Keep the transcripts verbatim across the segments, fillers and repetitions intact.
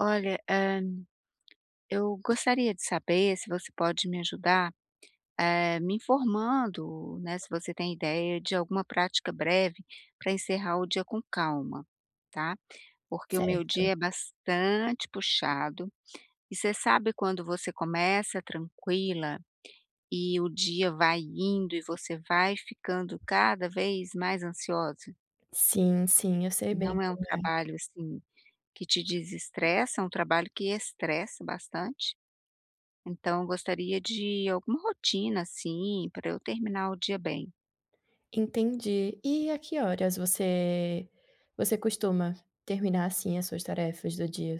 Olha, eh, eu gostaria de saber se você pode me ajudar, eh, me informando, né, se você tem ideia de alguma prática breve para encerrar o dia com calma, tá? Porque o meu Certo. dia é bastante puxado e você sabe, quando você começa tranquila e o dia vai indo e você vai ficando cada vez mais ansiosa? Sim, sim, eu sei bem Não é um como é. trabalho assim que te desestressa, é um trabalho que estressa bastante. Então eu gostaria de alguma rotina, assim, para eu terminar o dia bem. Entendi. E a que horas você você costuma terminar, assim, as suas tarefas do dia?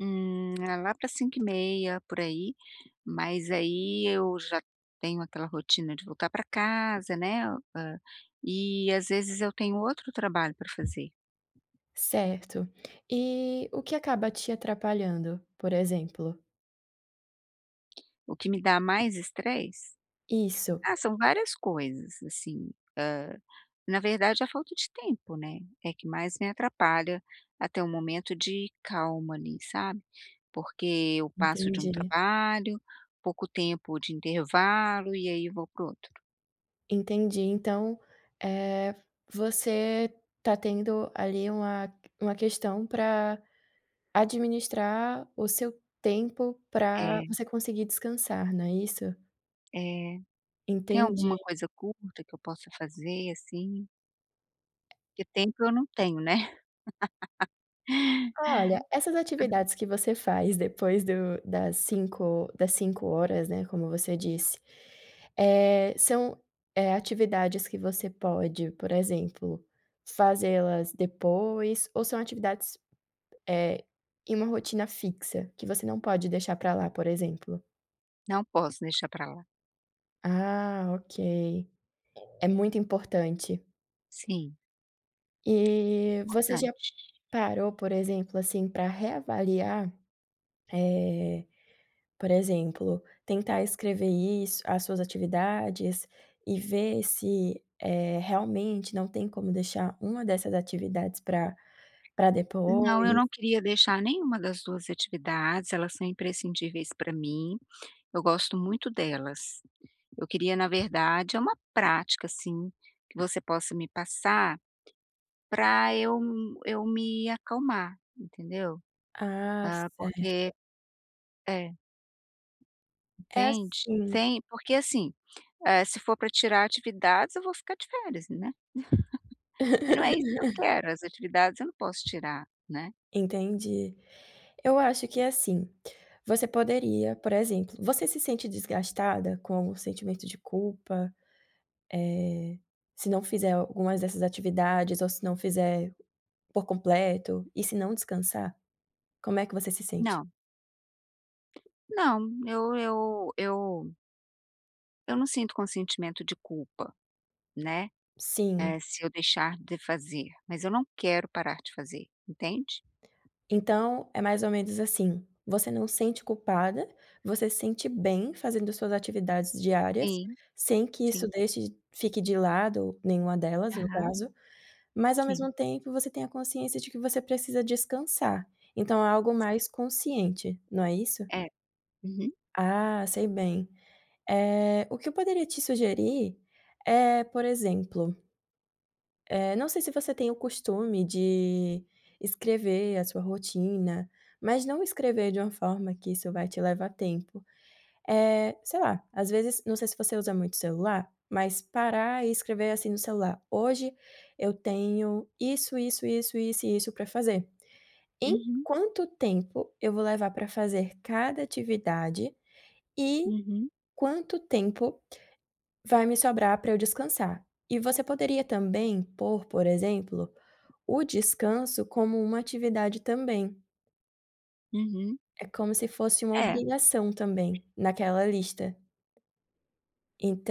Hum, é lá para cinco e meia por aí, mas aí eu já tenho aquela rotina de voltar para casa, né, hã, e às vezes eu tenho outro trabalho para fazer, Certo. E o que acaba te atrapalhando, por exemplo? o que me dá mais estresse. Isso, Ah, são várias coisas, assim, hã, na verdade a falta de tempo, né, é que mais me atrapalha até um momento de calma ali, sabe? Porque eu passo de um entendi. trabalho, pouco tempo de intervalo e aí vou para o outro. Entendi. Então, eh, você tá tendo ali uma uma questão para administrar o seu tempo para É, você conseguir descansar, não é isso? é. Tem Entendi. alguma coisa curta que eu possa fazer, assim? Porque tempo eu não tenho, né. Olha, essas atividades que você faz depois do das cinco das 5 horas, né, como você disse, eh, são, eh, atividades que você pode, por exemplo, fazê-las depois ou são atividades, eh, em uma rotina fixa, que você não pode deixar para lá, por exemplo? Não posso deixar para lá. Ah, ok. É muito importante. Sim, E você já importante. parou, por exemplo, assim, para reavaliar, eh Por exemplo, tentar escrever isso, as suas atividades e ver se, eh, realmente não tem como deixar uma dessas atividades para para Não, eu depois. não queria deixar nenhuma das duas atividades, elas são imprescindíveis para mim, eu gosto muito delas. Eu queria, na verdade, é uma prática, assim, que você possa me passar para eu eu me acalmar, entendeu? Ah, Ah, porque certo. é, É entende? assim. Tem, porque assim, eh, se for para tirar atividades eu vou ficar de férias, né. Mas não é isso que eu quero, as atividades eu não posso tirar, né. Entendi. Eu acho que é assim, você poderia, por exemplo você se sente desgastada com o sentimento de culpa, eh, se não fizer algumas dessas atividades ou se não fizer por completo e se não descansar? Como é que você se sente? Não, não, eu eu eu eu não sinto consentimento de culpa, né, eh, Sim. se eu deixar de fazer, mas eu não quero parar de fazer, entende? Então, é mais ou menos assim, você não sente culpada, você se sente bem fazendo suas atividades diárias, Sim, sem que isso sim. deixe fique de lado nenhuma delas, no Aham, caso, mas ao sim, mesmo tempo você tem a consciência de que você precisa descansar. Então é algo sim. mais consciente, não é isso? É. Uhum, Ah, sei bem. Eh, o que eu poderia te sugerir é, por exemplo Eh, não sei se você tem o costume de escrever a sua rotina, mas não escrever de uma forma que isso vai te levar tempo. É, sei lá, às vezes, não sei se você usa muito celular, mas parar e escrever assim no celular: "Hoje eu tenho isso, isso, isso, isso e isso para fazer". Em uhum, quanto tempo eu vou levar para fazer cada atividade e uhum, quanto tempo vai me sobrar para eu descansar. E você poderia também pôr, por exemplo, o descanso como uma atividade também. uhum. É como se fosse uma É, obrigação também naquela lista.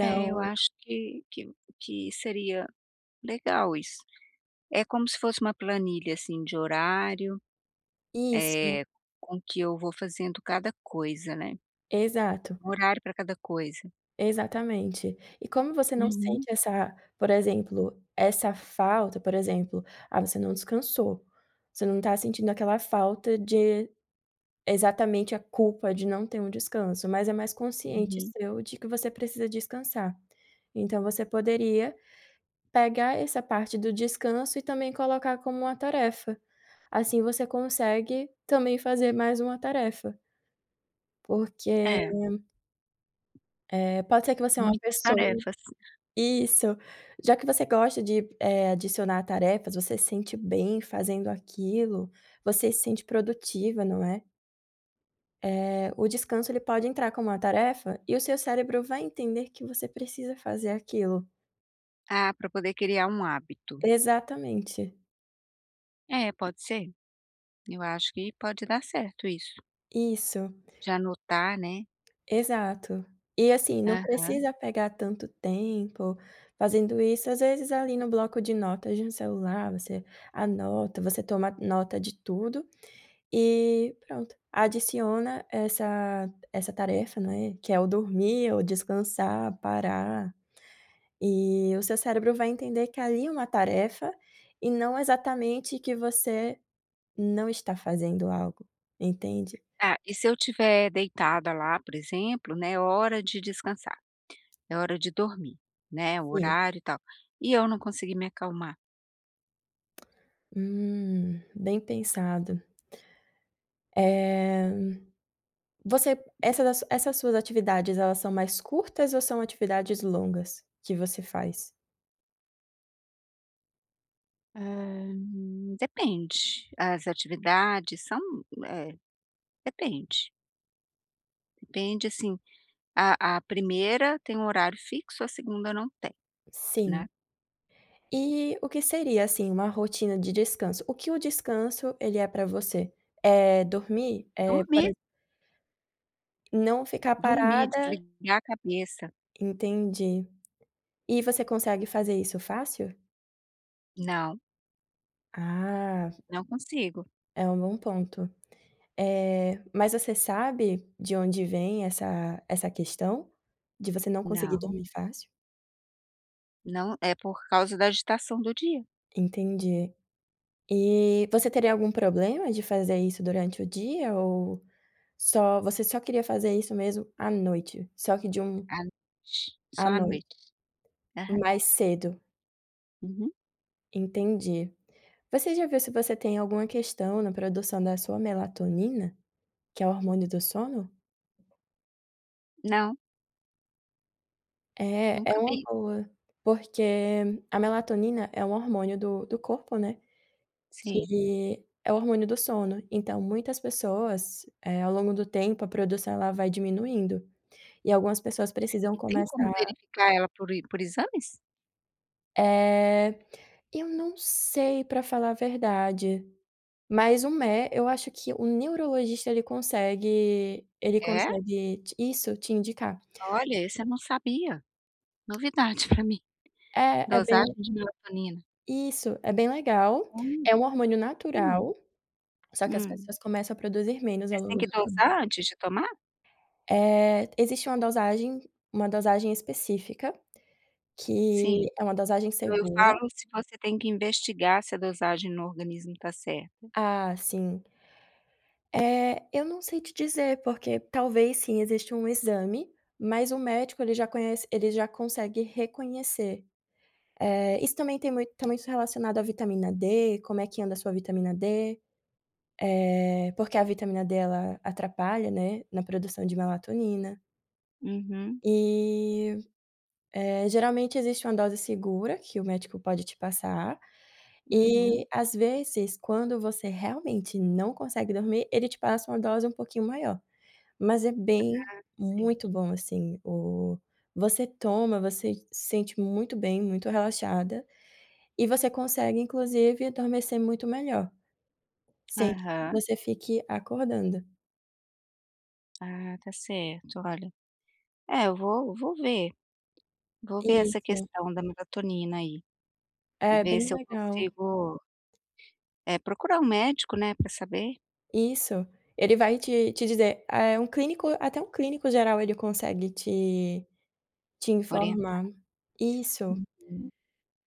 é, eu acho que que que seria legal isso. É como se fosse uma planilha, assim, de horário, isso, eh, com que eu vou fazendo cada coisa, né. exato, Um horário para cada coisa. exatamente. E como você não sente Uhum, essa, por exemplo, essa falta, por exemplo, ah, você não descansou, você não está sentindo aquela falta de exatamente a culpa de não ter um descanso, mas é mais consciente uhum. seu de que você precisa descansar. Então você poderia pegar essa parte do descanso e também colocar como uma tarefa. Assim você consegue também fazer mais uma tarefa, porque, É, eh, pode ser que você é uma muitas pessoa tarefas. isso, já que você gosta de, eh, adicionar tarefas, você se sente bem fazendo aquilo, você se sente produtiva, não é? Eh, o descanso ele pode entrar como uma tarefa e o seu cérebro vai entender que você precisa fazer aquilo. Ah, para poder criar um hábito. Exatamente, É, pode ser. Eu acho que pode dar certo isso, isso. de anotar, né. Exato. E assim, não Aham. precisa pegar tanto tempo fazendo isso, às vezes ali no bloco de notas de um celular, você anota, você toma nota de tudo e pronto, adiciona essa essa tarefa, né, que é o dormir ou descansar, parar, e o seu cérebro vai entender que ali é uma tarefa e não exatamente que você não está fazendo algo, entende? Ah, e se eu estiver deitada lá, por exemplo, né, é hora de descansar, é hora de dormir, né, o Sim. horário e tal, e eu não conseguir me acalmar? Hum, bem pensado. Eh, você essas essas suas atividades, elas são mais curtas ou são atividades longas que você faz? Hã, depende. As atividades são é, depende. Depende, assim, a a primeira tem um horário fixo, a segunda não tem, né. Sim. E o que seria, assim, uma rotina de descanso? O que o descanso ele é para você? É dormir? É, por Dormir, exe não ficar dormir, parada, desligar a cabeça. entendi. E você consegue fazer isso fácil? Não, Ah, não consigo. é um bom ponto. Eh, mas você sabe de onde vem essa essa questão de você não conseguir Não, dormir fácil? não é por causa da agitação do dia. Entendi. E você teria algum problema de fazer isso durante o dia ou só você só queria fazer isso mesmo à noite? Só que de um À noite, À só à noite, noite. Aham. mais cedo. Uhum. Entendi. Você já viu se você tem alguma questão na produção da sua melatonina, que é o hormônio do sono? Não, É, é nunca uma vi. boa, porque a melatonina é um hormônio do, do corpo, né? Sim. Que é o hormônio do sono. Então, muitas pessoas, eh, ao longo do tempo, a produção ela vai diminuindo. E algumas pessoas precisam E tem como começar verificar ela por i- por exames? eh, eu não sei, pra falar a verdade, mas o mé eu acho que o neurologista ele consegue ele É? consegue te isso, te indicar. Olha, esse eu não sabia. Novidade para mim. É, é bem Dosagem de melatonina. isso, é bem legal, Hum, é um hormônio hum, natural, só que as hum. pessoas começam a produzir menos ao Mas tem longo que do tempo. dosar antes de tomar? Eh, existe uma dosagem uma dosagem específica, Sim. que é uma dosagem Não, eu segura. falo se você tem que investigar se a dosagem no organismo tá certa. Ah, sim. Eh, eu não sei te dizer, porque talvez sim exista um exame, mas o médico ele já conhece ele já consegue reconhecer. Eh, isso também tem muito tá muito relacionado à vitamina D, como é que anda a sua vitamina D, eh, porque a vitamina D ela atrapalha, né, na produção de melatonina. Uhum, E, eh, geralmente existe uma dose segura que o médico pode te passar. Uhum. uhum. E às vezes quando você realmente não consegue dormir, ele te passa uma dose um pouquinho maior. Mas é bem Ah, muito certo. bom, assim, o você toma, você se sente muito bem, muito relaxada, e você consegue inclusive adormecer muito melhor, sem que Aham. você fique acordando. Ah, tá certo, olha. É, eu vou vou ver, vou ver essa Isso, questão da melatonina aí, é ver bem se eu legal. consigo, eh, procurar um médico, né, para saber Isso, ele vai te te dizer, é um clínico até um clínico geral ele consegue te te orientar. informar. Isso. Uhum,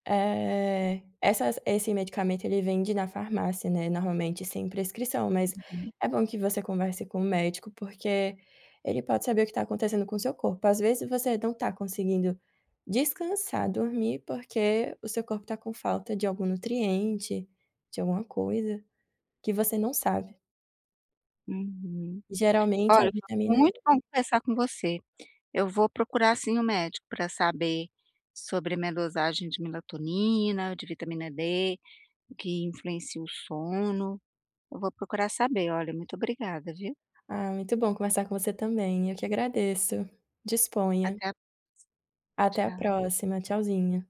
Eh, essas esse medicamento ele vende na farmácia, né, normalmente sem prescrição, mas uhum, é bom que você converse com o médico, porque ele pode saber o que está acontecendo com o seu corpo. Às vezes você não está conseguindo descansar, dormir, porque o seu corpo está com falta de algum nutriente, de alguma coisa que você não sabe. uhum. Geralmente é a Olha, foi vitamina D. muito bom conversar com você. Eu vou procurar sim o médico para saber sobre a minha dosagem de melatonina, de vitamina dê, o que influencia o sono. Eu vou procurar saber. Olha, muito obrigada, viu? Ah, muito bom conversar com você também, eu que agradeço. Disponha. Até a Até a tchau. próxima, tchauzinho.